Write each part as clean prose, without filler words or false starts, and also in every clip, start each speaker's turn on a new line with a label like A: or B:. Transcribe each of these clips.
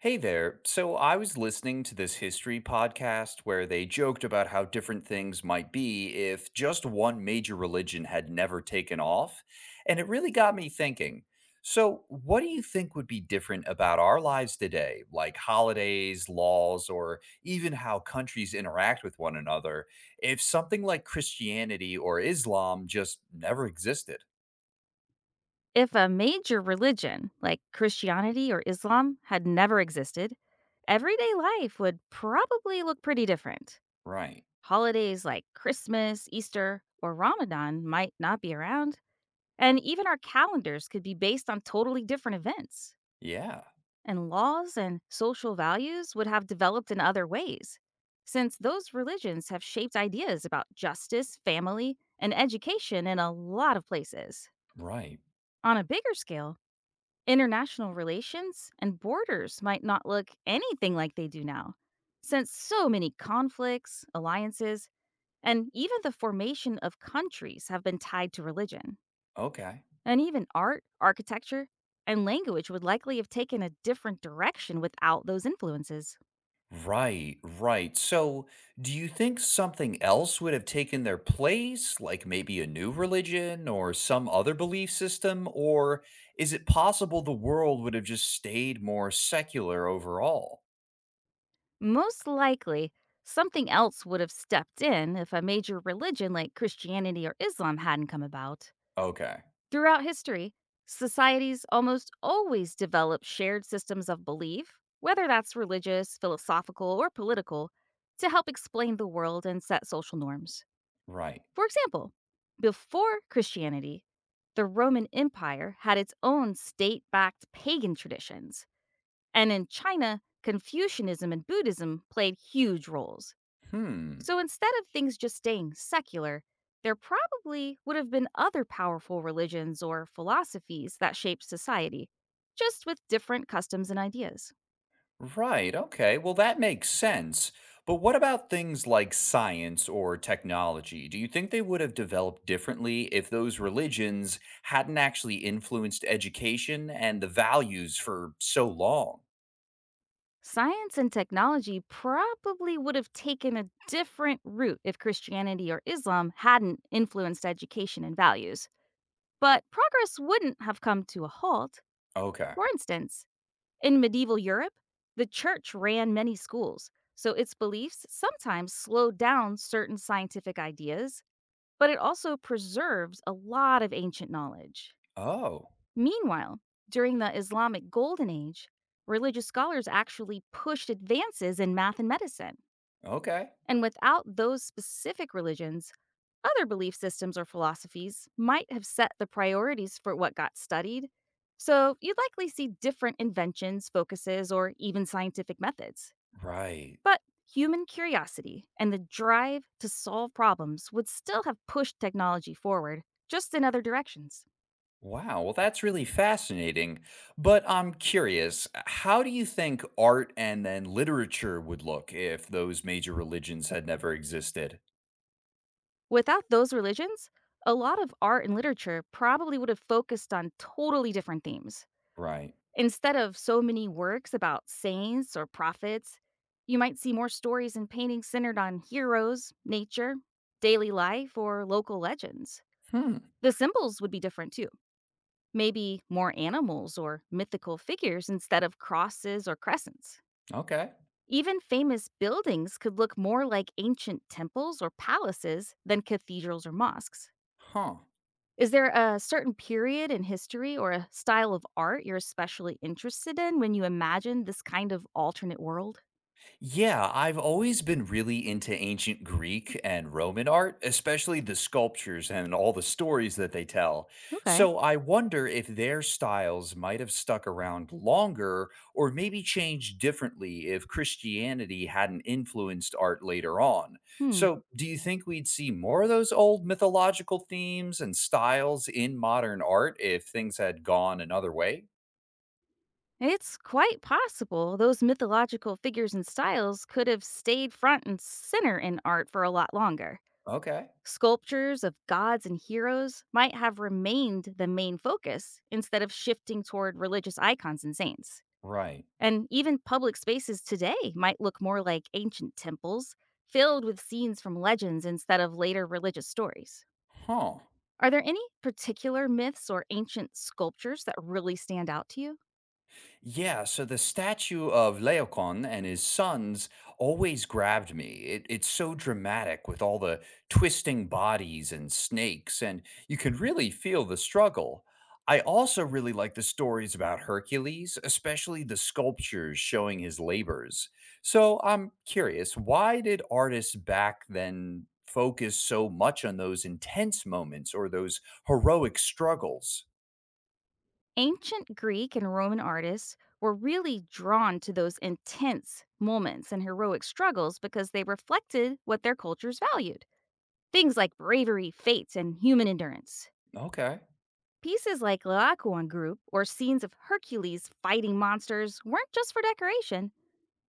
A: Hey there. So I was listening to this history podcast where they joked about how different things might be if just one major religion had never taken off. And it really got me thinking. So, what do you think would be different about our lives today, like holidays, laws, or even how countries interact with one another, if something like Christianity or Islam just never existed?
B: If a major religion, like Christianity or Islam, had never existed, everyday life would probably look pretty different.
A: Right.
B: Holidays like Christmas, Easter, or Ramadan might not be around, and even our calendars could be based on totally different events.
A: Yeah.
B: And laws and social values would have developed in other ways, since those religions have shaped ideas about justice, family, and education in a lot of places.
A: Right.
B: On a bigger scale, international relations and borders might not look anything like they do now, since so many conflicts, alliances, and even the formation of countries have been tied to religion.
A: Okay.
B: And even art, architecture, and language would likely have taken a different direction without those influences.
A: Right, right. So, do you think something else would have taken their place, like maybe a new religion or some other belief system? Or is it possible the world would have just stayed more secular overall?
B: Most likely, something else would have stepped in if a major religion like Christianity or Islam hadn't come about.
A: Okay,
B: Throughout history, societies almost always develop shared systems of belief, whether that's religious, philosophical, or political, to help explain the world and set social norms.
A: right.
B: For example, before Christianity, the Roman Empire had its own state backed pagan traditions. And in China, Confucianism and Buddhism played huge roles.
A: Hmm.
B: So instead of things just staying secular, there probably would have been other powerful religions or philosophies that shaped society, just with different customs and ideas.
A: Right, okay. Well, that makes sense. But what about things like science or technology? Do you think they would have developed differently if those religions hadn't actually influenced education and the values for so long?
B: Science and technology probably would have taken a different route if Christianity or Islam hadn't influenced education and values. But progress wouldn't have come to a halt.
A: Okay.
B: For instance, in medieval Europe, the church ran many schools, so its beliefs sometimes slowed down certain scientific ideas, but it also preserves a lot of ancient knowledge.
A: Oh,
B: Meanwhile, during the Islamic Golden Age, religious scholars actually pushed advances in math and medicine.
A: okay.
B: And without those specific religions, other belief systems or philosophies might have set the priorities for what got studied, so you'd likely see different inventions, focuses, or even scientific methods.
A: Right.
B: But human curiosity and the drive to solve problems would still have pushed technology forward, just in other directions.
A: Wow. Well, that's really fascinating. But I'm curious, how do you think art and then literature would look if those major religions had never existed?
B: Without those religions, a lot of art and literature probably would have focused on totally different themes.
A: Right.
B: Instead of so many works about saints or prophets, you might see more stories and paintings centered on heroes, nature, daily life, or local legends.
A: Hmm.
B: The symbols would be different too, maybe more animals or mythical figures instead of crosses or crescents.
A: Okay.
B: Even famous buildings could look more like ancient temples or palaces than cathedrals or mosques.
A: Huh.
B: Is there a certain period in history or a style of art you're especially interested in when you imagine this kind of alternate world?
A: Yeah, I've always been really into ancient Greek and Roman art, especially the sculptures and all the stories that they tell.
B: Okay.
A: So I wonder if their styles might have stuck around longer or maybe changed differently if Christianity hadn't influenced art later on.
B: Hmm.
A: So do you think we'd see more of those old mythological themes and styles in modern art if things had gone another way?
B: It's quite possible those mythological figures and styles could have stayed front and center in art for a lot longer.
A: Okay,
B: Sculptures of gods and heroes might have remained the main focus instead of shifting toward religious icons and saints.
A: right.
B: And even public spaces today might look more like ancient temples, filled with scenes from legends instead of later religious stories.
A: Huh.
B: Are there any particular myths or ancient sculptures that really stand out to you?
A: Yeah, so the statue of Laocoon and his sons always grabbed me. It's so dramatic with all the twisting bodies and snakes, and you can really feel the struggle. I also really like the stories about Hercules, especially the sculptures showing his labors. So I'm curious, why did artists back then focus so much on those intense moments or those heroic struggles?
B: Ancient Greek and Roman artists were really drawn to those intense moments and heroic struggles because they reflected what their cultures valued, things like bravery, fate, and human endurance.
A: Okay.
B: Pieces like Laocoon Group or scenes of Hercules fighting monsters weren't just for decoration.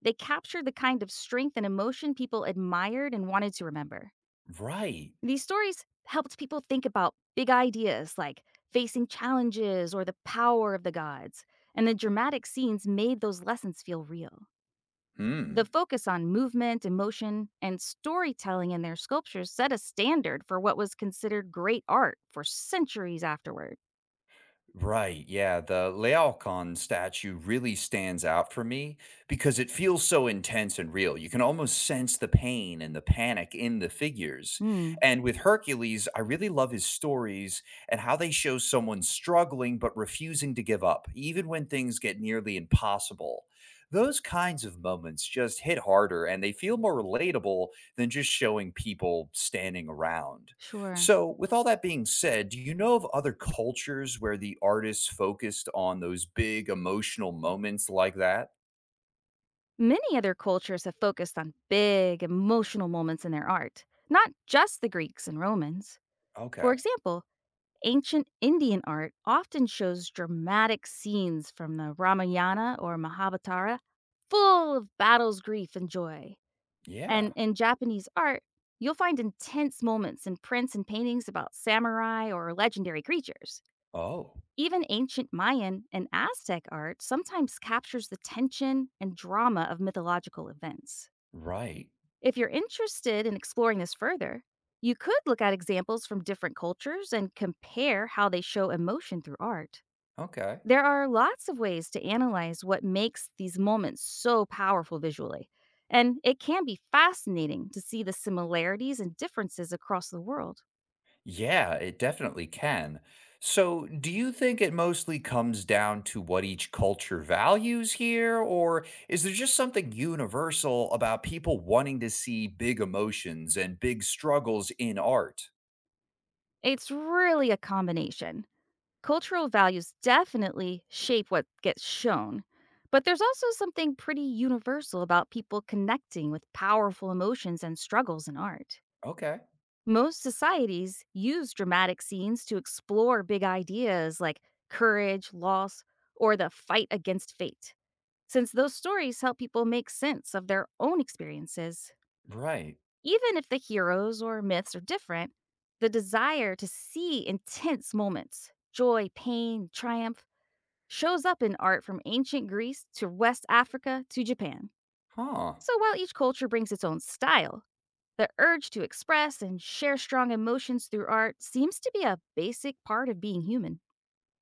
B: They captured the kind of strength and emotion people admired and wanted to remember.
A: Right.
B: These stories helped people think about big ideas like facing challenges or the power of the gods, and the dramatic scenes made those lessons feel real. The
A: Hmm.
B: focus on movement, emotion, and storytelling in their sculptures set a standard for what was considered great art for centuries afterward.
A: Right, yeah, the Laocoon statue really stands out for me because it feels so intense and real. You can almost sense the pain and the panic in the figures.
B: Hmm,
A: And with Hercules, I really love his stories and how they show someone struggling but refusing to give up, even when things get nearly impossible. Those kinds of moments just hit harder and they feel more relatable than just showing people standing around.
B: sure.
A: So, with all that being said, do you know of other cultures where the artists focused on those big emotional moments like that?
B: Many other cultures have focused on big emotional moments in their art, not just the Greeks and Romans. For
A: Okay.
B: example, ancient Indian art often shows dramatic scenes from the Ramayana or Mahabharata, full of battles, grief, and joy. And
A: Yeah.
B: in Japanese art, you'll find intense moments in prints and paintings about samurai or legendary creatures.
A: Oh,
B: Even ancient Mayan and Aztec art sometimes captures the tension and drama of mythological events.
A: right.
B: If you're interested in exploring this further, you could look at examples from different cultures and compare how they show emotion through art.
A: Okay.
B: There are lots of ways to analyze what makes these moments so powerful visually, and it can be fascinating to see the similarities and differences across the world.
A: Yeah, it definitely can. So, do you think it mostly comes down to what each culture values here, or is there just something universal about people wanting to see big emotions and big struggles in art?
B: It's really a combination. Cultural values definitely shape what gets shown, but there's also something pretty universal about people connecting with powerful emotions and struggles in art.
A: Okay.
B: Most societies use dramatic scenes to explore big ideas like courage, loss, or the fight against fate, since those stories help people make sense of their own experiences.
A: Right.
B: Even if the heroes or myths are different, the desire to see intense moments, joy, pain, triumph, shows up in art from ancient Greece to West Africa to Japan.
A: Huh.
B: So while each culture brings its own style, the urge to express and share strong emotions through art seems to be a basic part of being human.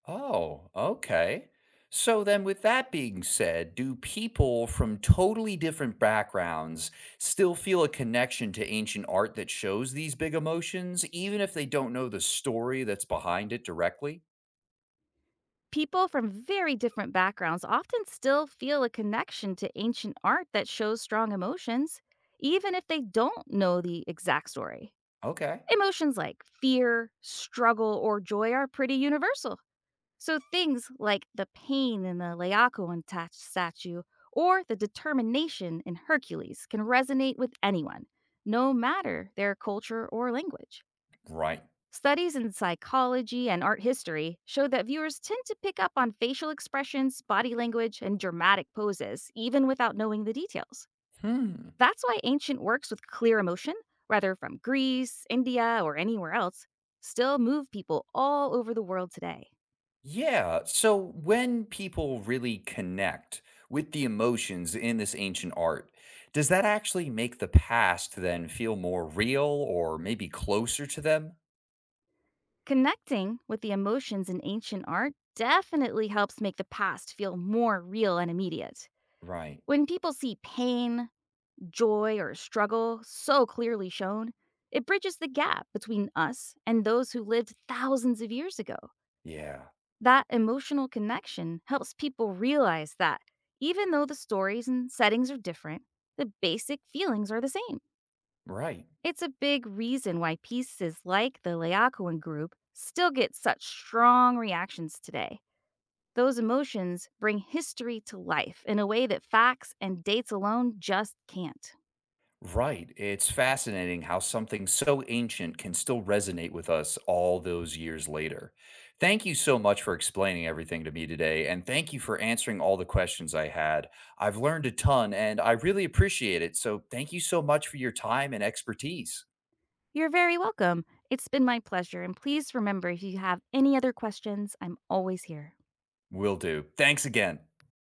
A: Oh, okay. So then, with that being said, do people from totally different backgrounds still feel a connection to ancient art that shows these big emotions, even if they don't know the story that's behind it directly?
B: People from very different backgrounds often still feel a connection to ancient art that shows strong emotions, even if they don't know the exact story.
A: Okay.
B: Emotions like fear, struggle, or joy are pretty universal. So things like the pain in the Laocoon statue or the determination in Hercules can resonate with anyone, no matter their culture or language.
A: Right.
B: Studies in psychology and art history show that viewers tend to pick up on facial expressions, body language, and dramatic poses, even without knowing the details.
A: Hmm.
B: That's why ancient works with clear emotion, whether from Greece, India, or anywhere else, still move people all over the world today.
A: Yeah. So when people really connect with the emotions in this ancient art, does that actually make the past then feel more real or maybe closer to them?
B: Connecting with the emotions in ancient art definitely helps make the past feel more real and immediate.
A: Right.
B: When people see pain, joy, or struggle so clearly shown, it bridges the gap between us and those who lived thousands of years ago.
A: Yeah.
B: That emotional connection helps people realize that even though the stories and settings are different, the basic feelings are the same.
A: Right.
B: It's a big reason why pieces like the Laocoon group still get such strong reactions today. Those emotions bring history to life in a way that facts and dates alone just can't.
A: Right. It's fascinating how something so ancient can still resonate with us all those years later. Thank you so much for explaining everything to me today. And thank you for answering all the questions I had. I've learned a ton and I really appreciate it. So thank you so much for your time and expertise.
B: You're very welcome. It's been my pleasure, and please remember if you have any other questions, I'm always here.
A: Will do. Thanks again.